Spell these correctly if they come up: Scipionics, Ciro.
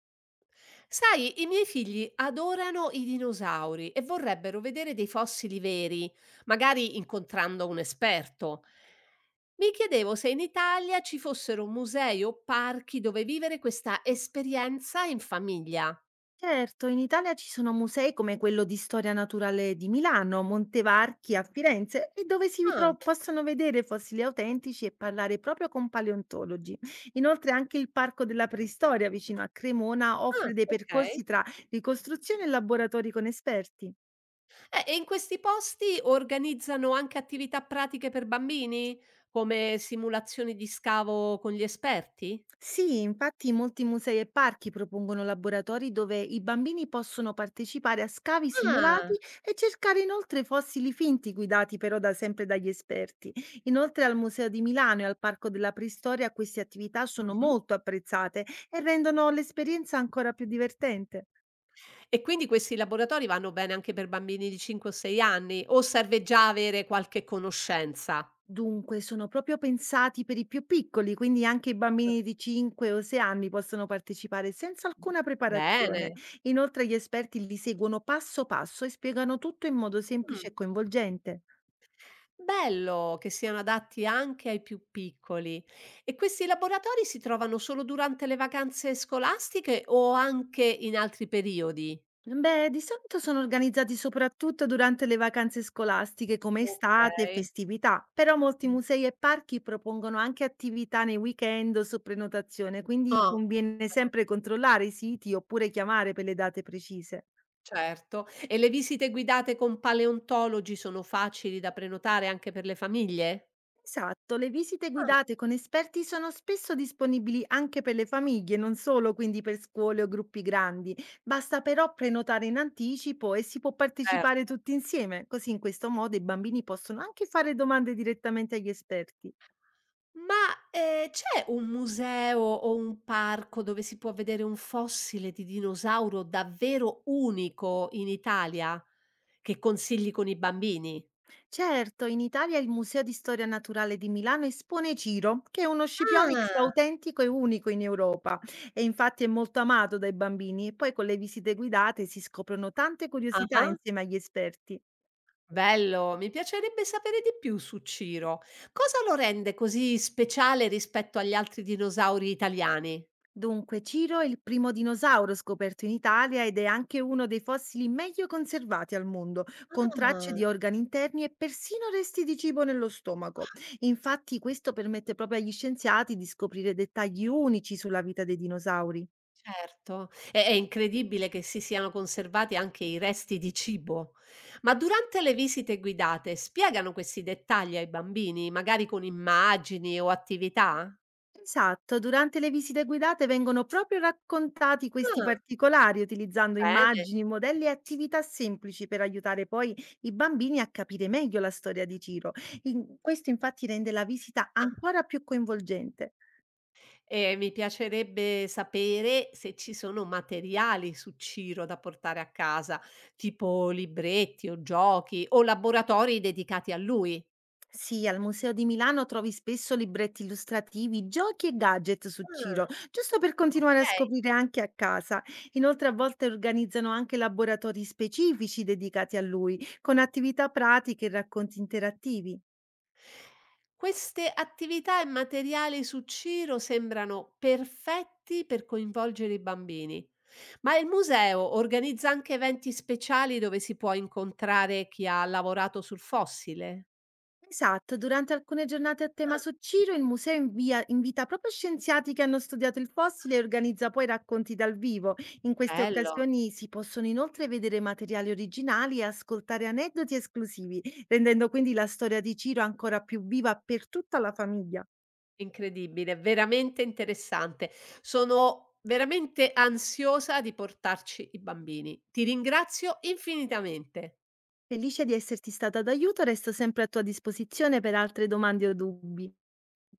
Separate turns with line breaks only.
Sai, i miei figli adorano i dinosauri e vorrebbero vedere dei fossili veri, magari incontrando un esperto. Mi chiedevo se in Italia ci fossero musei o parchi dove vivere questa esperienza in famiglia.
Certo, in Italia ci sono musei come quello di storia naturale di Milano, Montevarchi a Firenze, e
Ah,
possono vedere fossili autentici e parlare proprio con paleontologi. Inoltre anche il Parco della Preistoria vicino a Cremona
ah,
offre dei percorsi
ok.
tra ricostruzione e laboratori con esperti.
E in questi posti organizzano anche attività pratiche per bambini, come simulazioni di scavo con gli esperti?
Sì, infatti molti musei e parchi propongono laboratori dove i bambini possono partecipare a scavi simulati
Ah,
e cercare inoltre fossili finti guidati sempre dagli esperti. Inoltre al Museo di Milano e al Parco della Preistoria queste attività sono
mhm.
molto apprezzate e rendono l'esperienza ancora più divertente.
E quindi questi laboratori vanno bene anche per bambini di 5 o 6 anni, o serve già avere qualche conoscenza?
Dunque, sono proprio pensati per i più piccoli, quindi anche i bambini di 5 o 6 anni possono partecipare senza alcuna preparazione.
Bene,
Inoltre gli esperti li seguono passo passo e spiegano tutto in modo semplice
mh,
e coinvolgente.
bello che siano adatti anche ai più piccoli. E questi laboratori si trovano solo durante le vacanze scolastiche o anche in altri periodi?
Beh, di solito sono organizzati soprattutto durante le vacanze scolastiche come estate e
Okay.
festività, però molti
Mh.
musei e parchi propongono anche attività nei weekend o su prenotazione, quindi
Ah,
conviene
bene,
sempre controllare i siti oppure chiamare per le date precise.
certo. E le visite guidate con paleontologi sono facili da prenotare anche per le famiglie?
Esatto, le visite
Ah,
guidate con esperti sono spesso disponibili anche per le famiglie, non solo quindi per scuole o gruppi grandi. Basta però prenotare in anticipo e si può partecipare
certo.
tutti insieme, così in questo modo i bambini possono anche fare domande direttamente agli esperti.
Ma, c'è un museo o un parco dove si può vedere un fossile di dinosauro davvero unico in Italia, che consigli con i bambini?
Certo, in Italia il Museo di Storia Naturale di Milano espone Ciro, che è uno Scipionics
Ah,
autentico e unico in Europa e infatti è molto amato dai bambini e poi con le visite guidate si scoprono tante curiosità
ah-ah,
insieme agli esperti.
bello, mi piacerebbe sapere di più su Ciro. Cosa lo rende così speciale rispetto agli altri dinosauri italiani?
Dunque, Ciro è il primo dinosauro scoperto in Italia ed è anche uno dei fossili meglio conservati al mondo, con tracce
Ah.
di organi interni e persino resti di cibo nello stomaco. Infatti, questo permette proprio agli scienziati di scoprire dettagli unici sulla vita dei dinosauri.
Certo, è incredibile che si siano conservati anche i resti di cibo. Ma durante le visite guidate spiegano questi dettagli ai bambini, magari con immagini o attività?
Esatto, durante le visite guidate vengono proprio raccontati questi
Ah,
particolari utilizzando
bene.
immagini, modelli e attività semplici per aiutare poi i bambini a capire meglio la storia di Ciro. Questo infatti rende la visita
Ah,
ancora più coinvolgente.
e mi piacerebbe sapere se ci sono materiali su Ciro da portare a casa, tipo libretti o giochi o laboratori dedicati a lui.
Sì, al Museo di Milano trovi spesso libretti illustrativi, giochi e gadget su Ciro,
Ah,
giusto per
ok.
continuare a scoprire anche a casa. Inoltre a volte organizzano anche laboratori specifici dedicati a lui, con attività pratiche e racconti interattivi.
Queste attività e materiali su Ciro sembrano perfetti per coinvolgere i bambini, ma il museo organizza anche eventi speciali dove si può incontrare chi ha lavorato sul fossile?
Esatto, durante alcune giornate a tema
Ah,
su Ciro il museo invita proprio scienziati che hanno studiato il fossile e organizza poi racconti dal vivo. In queste
bello,
occasioni si possono inoltre vedere materiali originali e ascoltare aneddoti esclusivi, rendendo quindi la storia di Ciro ancora più viva per tutta la famiglia.
incredibile, veramente interessante. Sono veramente ansiosa di portarci i bambini. Ti ringrazio infinitamente.
Felice di esserti stata d'aiuto, resto sempre a tua disposizione per altre domande o dubbi.